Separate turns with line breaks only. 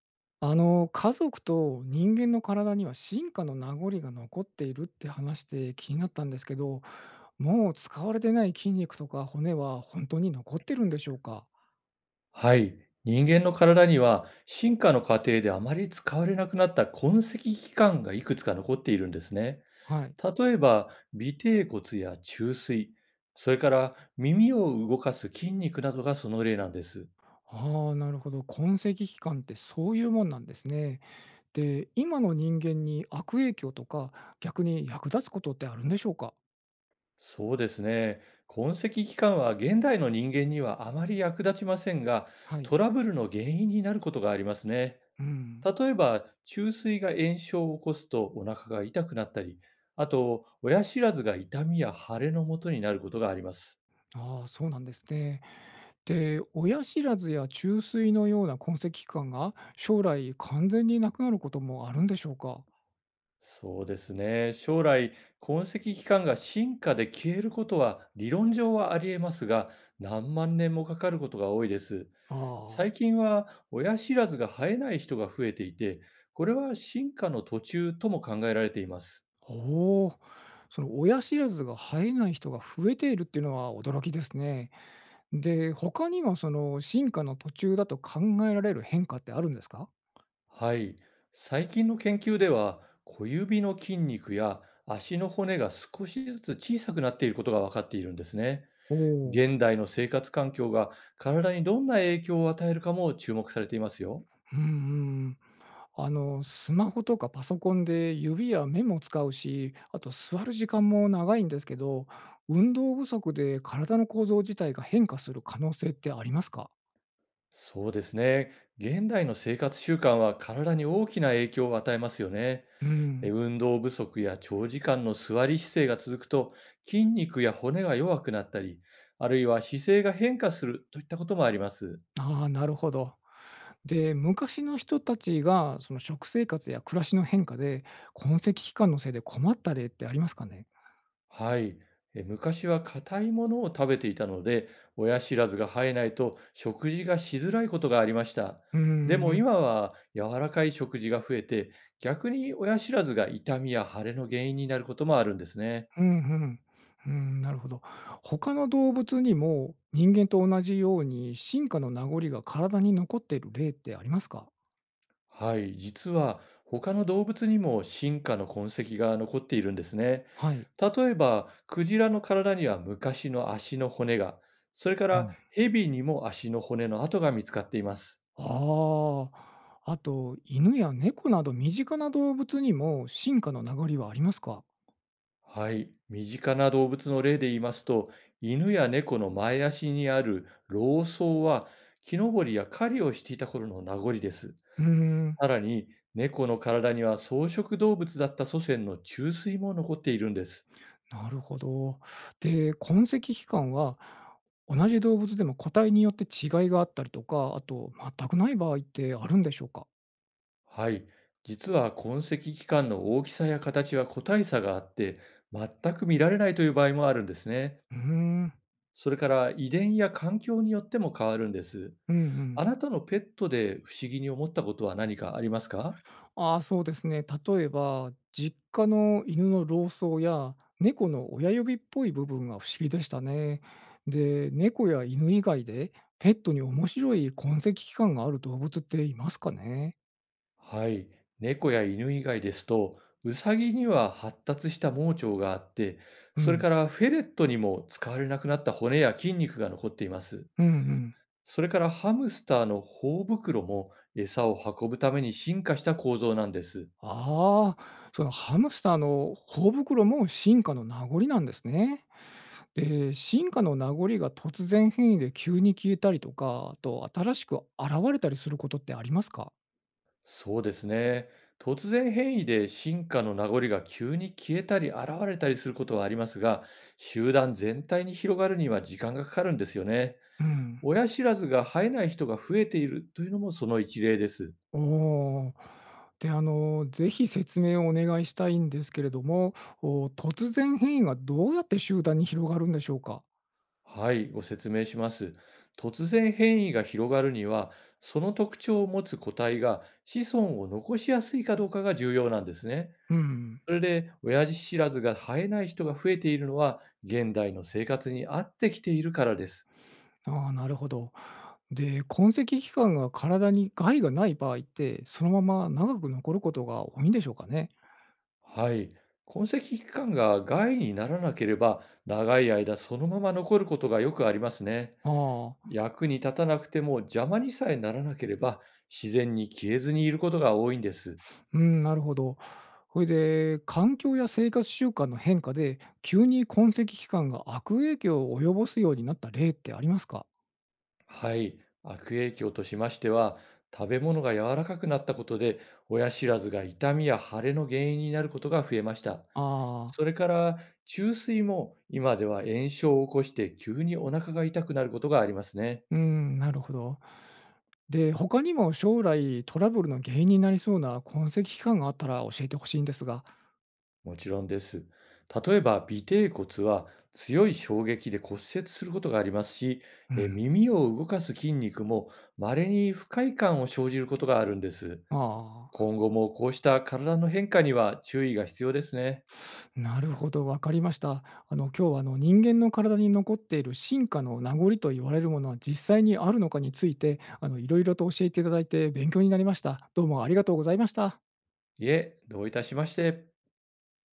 家族と人間の体には進化の名残が残っているって話して気になったんですけど、もう使われてない筋肉とか骨は本当に残ってるんでしょうか。
はい。人間の体には進化の過程であまり使われなくなった痕跡器官がいくつか残っているんですね。
はい。
例えば、尾てい骨や虫垂、それから耳を動かす筋肉などがその例なんです。
ああ、なるほど。痕跡期間ってそういうもんなんですね。で、今の人間に悪影響とか、逆に役立つことってあるんでしょうか。
そうですね。痕跡器官は現代の人間にはあまり役立ちませんが、
はい。
トラブルの原因になることがありますね。
うん。
例えば、注垂が炎症を起こすとお腹が痛くなったり、あと、親知らずが痛みや腫れのもとになることがあります。
ああ、そうなんですね。で、親知らずや虫垂のような痕跡器官が将来完全になくなることもあるんでしょうか？
そうですね。将来、痕跡期間が進化で消えることは理論上はありえますが、何万年もかかることが多いです。
ああ、
最近は親知らずが生えない人が増えていて、これは進化の途中とも考えられています。
おお。その親知らずが生えない人が増えているっていうのは驚きですね。で、他にはその進化の途中だと考えられる変化ってあるんですか？
はい。最近の研究では、小指の筋肉や足の骨が少しずつ小さくなっていることが分かっているんですね。
おおー、
現代の生活環境が体にどんな影響を与えるかも注目されていますよ。
うんうん。スマホとかパソコンで指や目も使うし、あと座る時間も長いんですけど、運動不足で体の構造自体が変化する可能性ってありますか。
そうですね。現代の生活習慣は体に大きな影響を与えますよね。
うん。
運動不足や長時間の座り姿勢が続くと筋肉や骨が弱くなったり、あるいは姿勢が変化するといったこともあります。
ああ、なるほど。で、昔の人たちがその食生活や暮らしの変化で痕跡期間のせいで困った例ってありますかね。
はい。昔は硬いものを食べていたので、親知らずが生えないと食事がしづらいことがありました。
うー
で
ん、
も
うん、
今は柔らかい食事が増えて、逆に親知らずが痛みや腫れの原因になることもあるんですね。
うん。うん、なるほど。他の動物にも人間と同じように進化の名残が体に残っている例ってありますか。
はい。実は他の動物にも進化の痕跡が残っているんですね。
はい。
例えば、クジラの体には昔の足の骨が、それか
う
ら
ん。
ヘビにも足の骨の跡が見つかっています。
ああ、あと、犬や猫など身近な動物にも進化の名残はありますか？
はい、身近な動物の例で言いますと、犬や猫の前足にある老僧は、木登りや狩りをしていた頃の名残です。
うーん、
さらに、猫の体には草食動物だった祖先の虫垂も残っているんです。
なるほど。で、痕跡期間は同じ動物でも個体によって違いがあったりとか、あと全くない場合ってあるんでしょうか？
はい、実は痕跡器官の大きさや形は個体差があって、全く見られないという場合もあるんですね。
うーん、
それから遺伝や環境によっても変わるんです。
うんう
あ
ん。
なたのペットで不思議に思ったことは何かありますか？
ああ、そうですね。例えば、実家の犬の老僧や猫の親指っぽい部分が不思議でしたね。で、猫や犬以外でペットに面白い痕跡器官がある動物っていますかね。
はい、猫や犬以外ですと、ウサギには発達した盲腸があって、
う
それ
ん。
からフェレットにも使われなくなった骨や筋肉が残っています。
うんうん。
それからハムスターの頬袋も餌を運ぶために進化した構造なんです。
ああ、そのハムスターの頬袋も進化の名残なんですね。で、進化の名残が突然変異で急に消えたりとか、あと新しく現れたりすることってありますか。
そうですね。突然変異で進化の名残が急に消えたり現れたりすることはありますが、集団全体に広がるには時間がかかるんですよね。
うん。
親知らずが生えない人が増えているというのもその一例です。
おお。で、ぜひ説明をお願いしたいんですけれども、お、突然変異がどうやって集団に広がるんでしょうか？
はい、ご説明します。突然変異が広がるには、その特徴を持つ個体が子孫を残しやすいかどうかが重要なんですね。
うん。
それで、親父知らずが生えない人が増えているのは、現代の生活に合ってきているからです。
ああ、なるほど。で、痕跡期間が体に害がない場合って、そのまま長く残ることが多いんでしょうかね？
はい、痕跡期間が害にならなければ、長い間そのまま残ることがよくありますね。
ああ、
役に立たなくても邪魔にさえならなければ、自然に消えずにいることが多いんです。
うん、なるほど。それで、環境や生活習慣の変化で、急に痕跡期間が悪影響を及ぼすようになった例ってありますか？
はい、悪影響としましては、食べ物が柔らかくなったことで、親知らずが痛みや腫れの原因になることが増えました。
あ
そ
あ。
れから、中水も今では炎症を起こして急にお腹が痛くなることがありますね。
うーん、なるほど。で、他にも将来トラブルの原因になりそうな痕跡期間があったら教えてほしいんですが。
もちろんです。例えば、尾てい骨は強い衝撃で骨折することがありますし、
うん。
耳を動かす筋肉も稀に不快感を生じることがあるんです。
ああ、
今後もこうした体の変化には注意が必要ですね。
なるほど、わかりました。今日は人間の体に残っている進化の名残と言われるものは実際にあるのかについて、いろいろと教えていただいて勉強になりました。どうもありがとうございました。
いえ、どういたしまして。